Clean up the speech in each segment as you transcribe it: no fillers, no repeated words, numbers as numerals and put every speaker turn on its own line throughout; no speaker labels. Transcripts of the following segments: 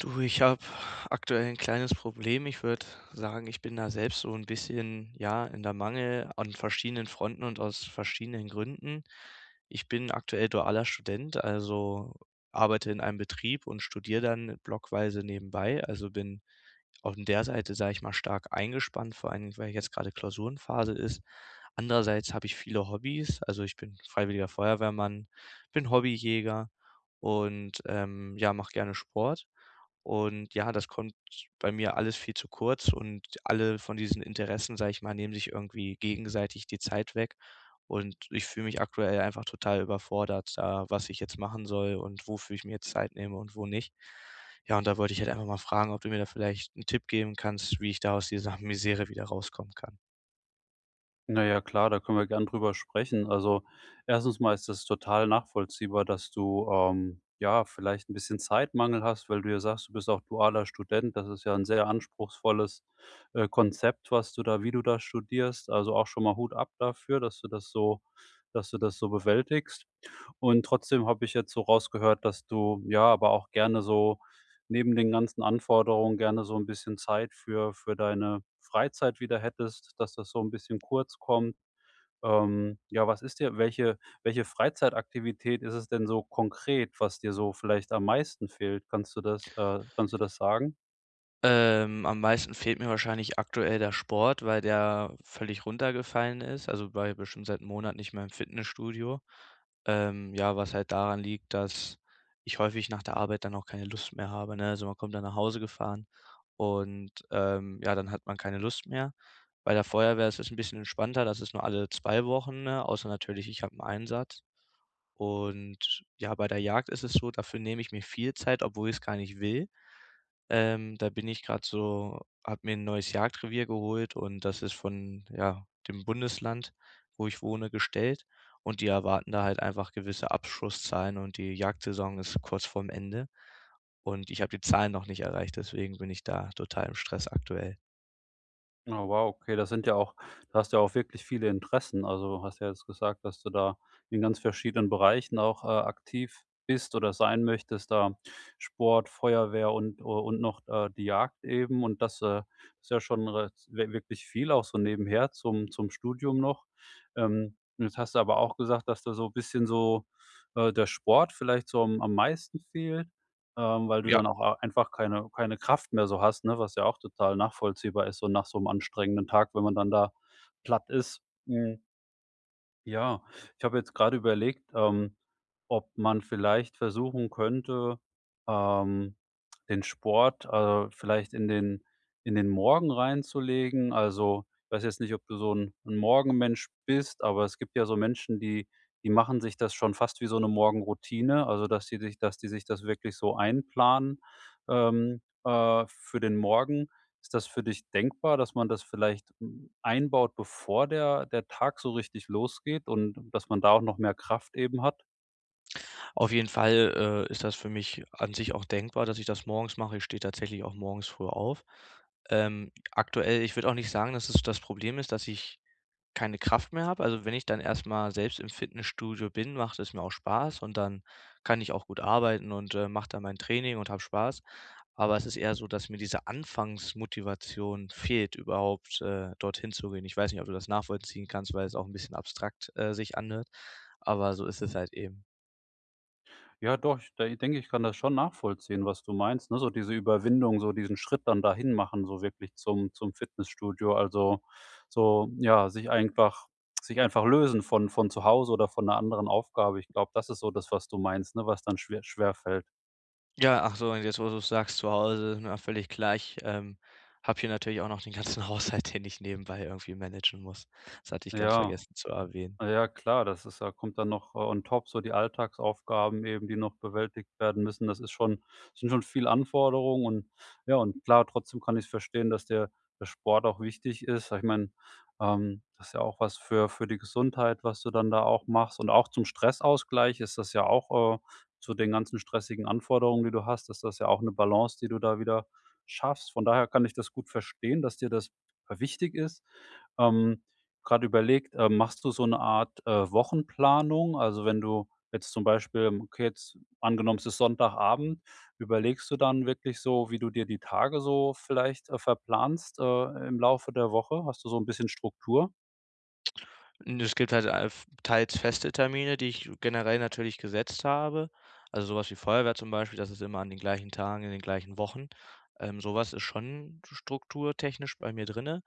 Du, ich habe aktuell ein kleines Problem. Ich würde sagen, ich bin da selbst so ein bisschen, ja, in der Mangel an verschiedenen Fronten und aus verschiedenen Gründen. Ich bin aktuell dualer Student, also arbeite in einem Betrieb und studiere dann blockweise nebenbei. Also bin auf der Seite, sage ich mal, stark eingespannt, vor allen Dingen, weil jetzt gerade Klausurenphase ist. Andererseits habe ich viele Hobbys, also, ich bin freiwilliger Feuerwehrmann, bin Hobbyjäger und, ja, mache gerne Sport. Und ja, das kommt bei mir alles viel zu kurz und alle von diesen Interessen, sage ich mal, nehmen sich irgendwie gegenseitig die Zeit weg. Und ich fühle mich aktuell einfach total überfordert, da was ich jetzt machen soll und wofür ich mir jetzt Zeit nehme und wo nicht. Ja, und da wollte ich halt einfach mal fragen, ob du mir da vielleicht einen Tipp geben kannst, wie ich da aus dieser Misere wieder rauskommen kann.
Na ja, klar, da können wir gern drüber sprechen. Also, erstens mal ist das total nachvollziehbar, dass du, ja, vielleicht ein bisschen Zeitmangel hast, weil du ja sagst, du bist auch dualer Student. Das ist ja ein sehr anspruchsvolles, Konzept, was du da wie du da studierst. Also, auch schon mal Hut ab dafür, dass du das so bewältigst. Und trotzdem habe ich jetzt so rausgehört, dass du, ja, aber auch gerne so neben den ganzen Anforderungen gerne so ein bisschen Zeit für deine Freizeit wieder hättest, dass das so ein bisschen kurz kommt. Ja, was ist dir welche welche Freizeitaktivität ist es denn so konkret, was dir so vielleicht am meisten fehlt? Kannst du das sagen?
Am meisten fehlt mir wahrscheinlich aktuell der Sport, weil der völlig runtergefallen ist. Also, war ja bestimmt seit 'nem Monat nicht mehr im Fitnessstudio. Ja, was halt daran liegt, dass ich häufig nach der Arbeit dann auch keine Lust mehr habe, ne? Also, man kommt dann nach Hause gefahren und, ja, dann hat man keine Lust mehr. Bei der Feuerwehr ist es ein bisschen entspannter, das ist nur alle 2 Wochen, ne, außer natürlich, ich habe einen Einsatz. Und ja, bei der Jagd ist es so, dafür nehme ich mir viel Zeit, obwohl ich es gar nicht will. Da bin ich gerade so habe mir ein neues Jagdrevier geholt und das ist von, ja, dem Bundesland, wo ich wohne, gestellt und die erwarten da halt einfach gewisse Abschusszahlen und die Jagdsaison ist kurz vorm Ende und ich habe die Zahlen noch nicht erreicht, deswegen bin ich da total im Stress aktuell.
Oh wow, okay, das sind ja auch da hast du ja auch wirklich viele Interessen. Also, hast ja jetzt gesagt, dass du da in ganz verschiedenen Bereichen auch, aktiv bist oder sein möchtest, da Sport, Feuerwehr und noch, die Jagd eben und das, ist ja schon re wir wirklich viel auch so nebenher zum Studium noch. Und jetzt hast du aber auch gesagt, dass da so ein bisschen so, der Sport vielleicht so am meisten fehlt, weil du
Ja,
dann auch a einfach keine Kraft mehr so hast, ne, was ja auch total nachvollziehbar ist, so nach so einem anstrengenden Tag, wenn man dann da platt ist. Hm. Ja, ich habe jetzt gerade überlegt, ob man vielleicht versuchen könnte, ähm, den Sport, vielleicht in den Morgen reinzulegen. Also, ich weiß jetzt nicht, ob du so ein 'n Morgenmensch bist, aber es gibt ja so Menschen, die machen sich das schon fast wie so eine Morgenroutine, also, dass die sich das wirklich so einplanen, für den Morgen. Ist das für dich denkbar, dass man das vielleicht einbaut, bevor der Tag so richtig losgeht und dass man da auch noch mehr Kraft eben hat.
auf jeden Fall, ist das für mich an sich auch denkbar, dass ich das morgens mache. Ich stehe tatsächlich auch morgens früh auf. Aktuell ich würde auch nicht sagen, dass es das Problem ist, dass ich keine Kraft mehr habe. Also, wenn ich dann erstmal selbst im Fitnessstudio bin, macht es mir auch Spaß und dann kann ich auch gut arbeiten und, mache dann mein Training und habe Spaß. Aber es ist eher so, dass mir diese Anfangsmotivation fehlt, überhaupt, dorthin zu gehen. Ich weiß nicht, ob du das nachvollziehen kannst, weil es auch ein bisschen abstrakt, sich anhört, aber so ist es halt eben.
Ja doch, ich de denke, ich kann das schon nachvollziehen, was du meinst, ne? So diese Überwindung, so diesen Schritt dann dahin machen, so wirklich zum Fitnessstudio. Also, so, ja, sich einfach lösen von zu Hause oder von einer anderen Aufgabe. Ich glaube, das ist so das, was du meinst, ne, was dann schwer fällt.
Ja, ach so, und jetzt, wo du's sagst, zu Hause ist völlig gleich. Ich, habe hier natürlich auch noch den ganzen Haushalt, den ich nebenbei irgendwie managen muss. Das hatte ich ganz
Ja.
vergessen zu erwähnen.
Ja klar, das ist ja kommt dann noch, on top so die Alltagsaufgaben eben, die noch bewältigt werden müssen. Das ist schon sind schon viel Anforderungen und ja, und klar, trotzdem kann ich verstehen, dass der Sport auch wichtig ist. Ich meine, das ist ja auch was für die Gesundheit, was du dann da auch machst und auch zum Stressausgleich ist das ja auch, zu den ganzen stressigen Anforderungen, die du hast, ist das ja auch eine Balance, die du da wieder schaffst. Von daher kann ich das gut verstehen, dass dir das, wichtig ist. Ähm Gerade überlegt, machst du so eine Art, Wochenplanung? Also, wenn du jetzt zum Beispiel okay, jetzt angenommen, es ist Sonntagabend, überlegst du dann wirklich so, wie du dir die Tage so vielleicht, verplanst, im Laufe der Woche? Hast du so ein bisschen Struktur?
N es gibt halt alf teils feste Termine, die ich generell natürlich gesetzt habe. Also, sowas wie Feuerwehr zum Beispiel, das ist immer an den gleichen Tagen, in den gleichen Wochen. So ist schon strukturtechnisch bei mir drinne,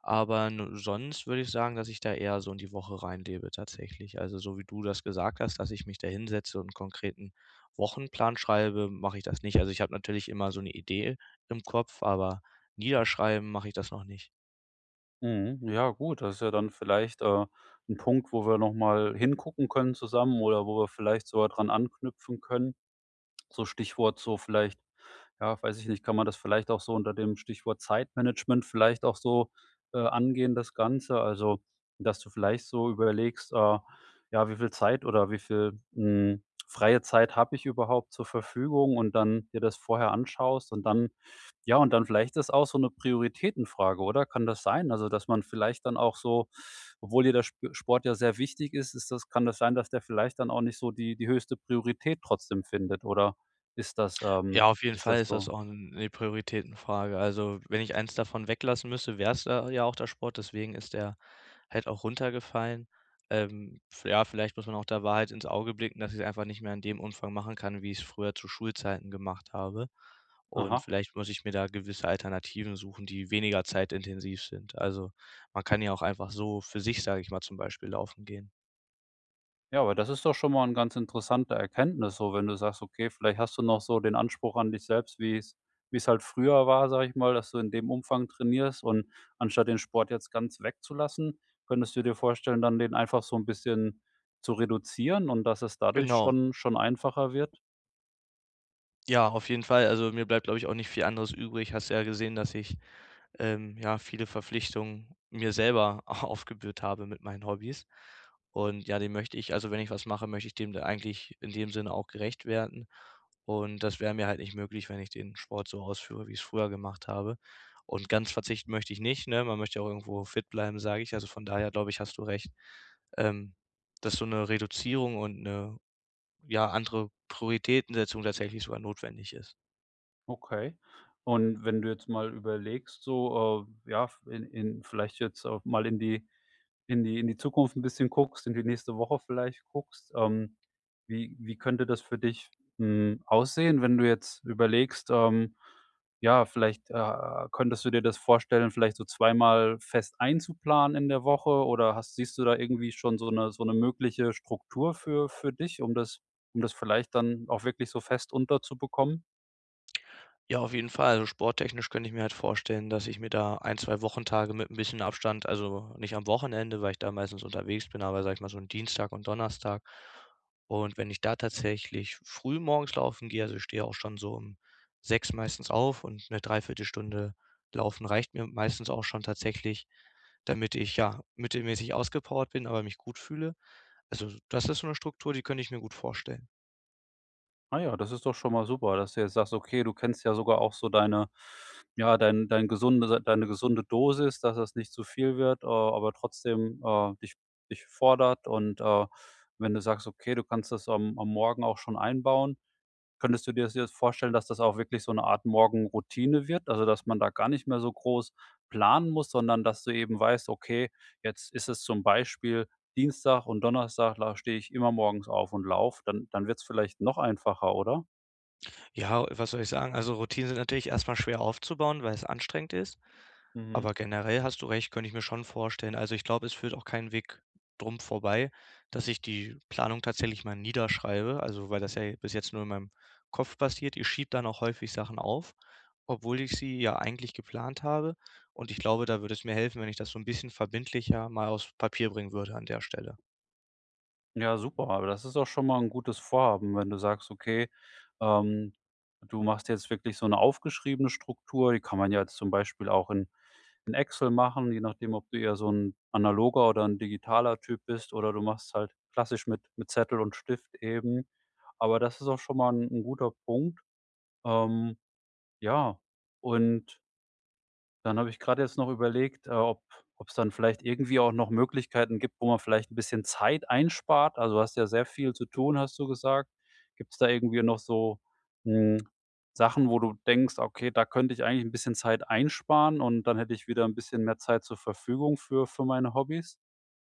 aber n sonst würde ich sagen, dass ich da eher so in die Woche reinlebe tatsächlich. Also, so wie du das gesagt hast, dass ich mich da hinsetze und 'n konkreten Wochenplan schreibe, mache ich das nicht. Also, ich habe natürlich immer so eine Idee im Kopf, aber niederschreiben mache ich das noch nicht.
Mhm, ja gut, das ist ja dann vielleicht, 'n Punkt, wo wir noch mal hingucken können zusammen oder wo wir vielleicht sogar dran anknüpfen können. So Stichwort so vielleicht ja, weiß ich nicht, kann man das vielleicht auch so unter dem Stichwort Zeitmanagement vielleicht auch so, angehen, das Ganze? Also, dass du vielleicht so überlegst, ja, wie viel Zeit oder wie viel, freie Zeit habe ich überhaupt zur Verfügung und dann dir das vorher anschaust und dann ja, und dann vielleicht ist auch so eine Prioritätenfrage, oder? Kann das sein? Also, dass man vielleicht dann auch so obwohl dir der Sp Sport ja sehr wichtig ist, ist das kann das sein, dass der vielleicht dann auch nicht so die höchste Priorität trotzdem findet oder ist das,
Ja,
ähm
auf jeden
ist
Fall
das
ist das
so?
auch 'ne Prioritätenfrage. Also, wenn ich eins davon weglassen müsste, wär's da ja auch der Sport, deswegen ist der halt auch runtergefallen. V ja, vielleicht muss man auch der Wahrheit ins Auge blicken, dass ich's einfach nicht mehr in dem Umfang machen kann, wie ich's früher zu Schulzeiten gemacht habe. Und
Aha.
vielleicht muss ich mir da gewisse Alternativen suchen, die weniger zeitintensiv sind. Also, man kann ja auch einfach so für sich, sage ich mal, zum Beispiel laufen gehen.
Ja, aber das ist doch schon mal 'n ganz interessante Erkenntnis so, wenn du sagst, okay, vielleicht hast du noch so den Anspruch an dich selbst, wie's halt früher war, sage ich mal, dass du in dem Umfang trainierst und anstatt den Sport jetzt ganz wegzulassen, könntest du dir vorstellen, dann den einfach so 'n bisschen zu reduzieren und dass es dadurch
Genau.
schon einfacher wird?
Ja, auf jeden Fall. Also, mir bleibt, glaube ich, auch nicht viel anderes übrig. Hast ja gesehen, dass ich ja, viele Verpflichtungen mir selber aufgebürdet habe mit meinen Hobbys. Und ja, dem möchte ich also wenn ich was mache, möchte ich dem da eigentlich in dem Sinne auch gerecht werden. Und das wäre mir halt nicht möglich, wenn ich den Sport so ausführe, wie ich es früher gemacht habe. Und ganz verzichten möchte ich nicht, ne? Man möchte ja auch irgendwo fit bleiben, sage ich. Also, von daher glaube ich, hast du recht, ähm, dass so eine Reduzierung und eine ja, andere Prioritätensetzung tatsächlich sogar notwendig ist.
Okay. Und wenn du jetzt mal überlegst, so, ja, f in vielleicht jetzt auch mal in die Zukunft ein bisschen guckst, in die nächste Woche vielleicht guckst, wie wie könnte das für dich, aussehen, wenn du jetzt überlegst, ja, vielleicht, könntest du dir das vorstellen, vielleicht so zweimal fest einzuplanen in der Woche oder hast siehst du da irgendwie schon so eine mögliche Struktur für dich, um das vielleicht dann auch wirklich so fest unterzubekommen?
Ja, auf jeden Fall. Also, sporttechnisch könnte ich mir halt vorstellen, dass ich mir da ein, 2 Wochentage mit ein bisschen Abstand also, nicht am Wochenende, weil ich da meistens unterwegs bin, aber sag ich mal so 'n Dienstag und Donnerstag. Und wenn ich da tatsächlich früh morgens laufen gehe, also, ich stehe auch schon so um 6 meistens auf und eine Dreiviertelstunde laufen reicht mir meistens auch schon tatsächlich, damit ich, ja, mittelmäßig ausgepowert bin, aber mich gut fühle. Also, das ist so eine Struktur, die könnte ich mir gut vorstellen.
Ah ja, das ist doch schon mal super, dass du jetzt sagst, okay, du kennst ja sogar auch so deine ja, dein gesunde Dosis, dass das nicht zu viel wird, aber trotzdem, dich fordert und, wenn du sagst, okay, du kannst das am Morgen auch schon einbauen. Könntest du dir das jetzt vorstellen, dass das auch wirklich so eine Art Morgenroutine wird? Also, dass man da gar nicht mehr so groß planen muss, sondern dass du eben weißt: „Okay, jetzt ist es zum Beispiel Dienstag und Donnerstag, da stehe ich immer morgens auf und laufe.“ Dann wird's vielleicht noch einfacher, oder?
Ja, was soll ich sagen? Also, Routinen sind natürlich erstmal schwer aufzubauen, weil es anstrengend ist,
Mhm.
aber generell hast du recht, könnte ich mir schon vorstellen. Also, ich glaube, es führt auch keinen Weg drum vorbei, dass ich die Planung tatsächlich mal niederschreibe, also, weil das ja bis jetzt nur in meinem Kopf passiert. Ich schiebe dann auch häufig Sachen auf, obwohl ich sie ja eigentlich geplant habe und ich glaube, da würde es mir helfen, wenn ich das so ein bisschen verbindlicher mal aufs Papier bringen würde an der Stelle.
Ja, super. Aber das ist auch schon mal ein gutes Vorhaben, wenn du sagst, okay, ähm, du machst jetzt wirklich so eine aufgeschriebene Struktur. Die kann man ja jetzt zum Beispiel auch in Excel machen, je nachdem, ob du eher so ein analoger oder ein digitaler Typ bist oder du machst halt klassisch mit Zettel und Stift eben. Aber das ist auch schon mal ein 'n guter Punkt. Ähm, ja, und dann habe ich gerade jetzt noch überlegt, ob es dann vielleicht irgendwie auch noch Möglichkeiten gibt, wo man vielleicht 'n bisschen Zeit einspart. Also, du hast ja sehr viel zu tun, hast du gesagt. Gibt's da irgendwie noch so, hm, Sachen, wo du denkst: „Okay, da könnte ich eigentlich 'n bisschen Zeit einsparen und dann hätte ich wieder 'n bisschen mehr Zeit zur Verfügung für meine Hobbys?“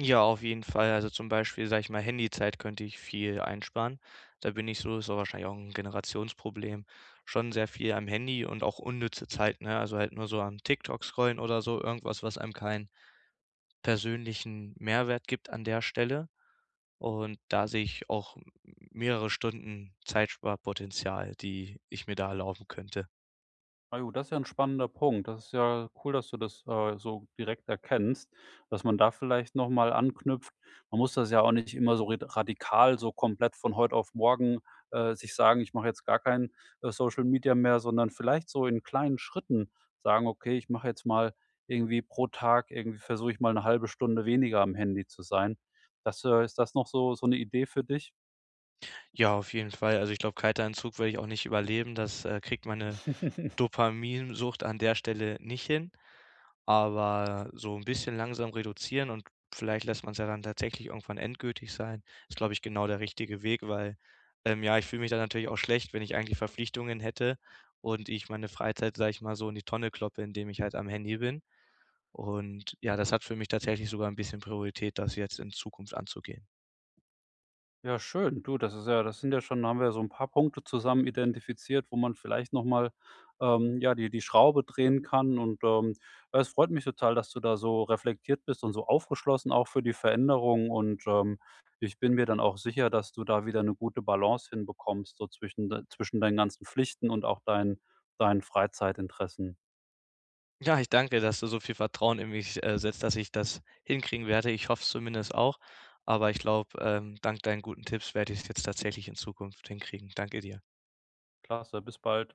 Ja, auf jeden Fall. Also zum Beispiel, sage ich mal, Handyzeit könnte ich viel einsparen. Da bin ich so, ist auch wahrscheinlich auch ein Generationsproblem, schon sehr viel am Handy und auch unnütze Zeit, ne? Also halt nur so am TikTok scrollen oder so, irgendwas, was einem keinen persönlichen Mehrwert gibt an der Stelle. Und da sehe ich auch mehrere Stunden Zeitsparpotenzial, die ich mir da erlauben könnte.
Ah jo, das ist ja ein spannender Punkt. Das ist ja cool, dass du das, so direkt erkennst, dass man da vielleicht noch mal anknüpft. Man muss das ja auch nicht immer so red radikal, so komplett von heute auf morgen, sich sagen: „Ich mache jetzt gar kein, Social Media mehr“, sondern vielleicht so in kleinen Schritten sagen: „Okay, ich mache jetzt mal irgendwie pro Tag irgendwie versuche ich mal eine halbe Stunde weniger am Handy zu sein.“ Das, ist das noch so so eine Idee für dich?
Ja, auf jeden Fall. Also ich glaube, Kälteanzug werde ich auch nicht überleben. Das, kriegt meine Dopaminsucht an der Stelle nicht hin. Aber so ein bisschen langsam reduzieren und vielleicht lässt man es ja dann tatsächlich irgendwann endgültig sein, ist, glaube ich, genau der richtige Weg, weil, ja, ich fühle mich dann natürlich auch schlecht, wenn ich eigentlich Verpflichtungen hätte und ich meine Freizeit, sage ich mal, so in die Tonne kloppe, indem ich halt am Handy bin. Und ja, das hat für mich tatsächlich sogar ein bisschen Priorität, das jetzt in Zukunft anzugehen.
Ja, schön. Du, das ist ja das sind ja schon haben wir ja so ein paar Punkte zusammen identifiziert, wo man vielleicht noch mal, ja, die Schraube drehen kann und, ja, es freut mich total, dass du da so reflektiert bist und so aufgeschlossen auch für die Veränderung und, ich bin mir dann auch sicher, dass du da wieder eine gute Balance hinbekommst, so zwischen de zwischen deinen ganzen Pflichten und auch deinen Freizeitinteressen.
Ja, ich danke, dass du so viel Vertrauen in mich, setzt, dass ich das hinkriegen werde. Ich hoffe es zumindest auch, aber ich glaube, dank deinen guten Tipps werde ich es jetzt tatsächlich in Zukunft hinkriegen. Danke dir.
Klasse, bis bald.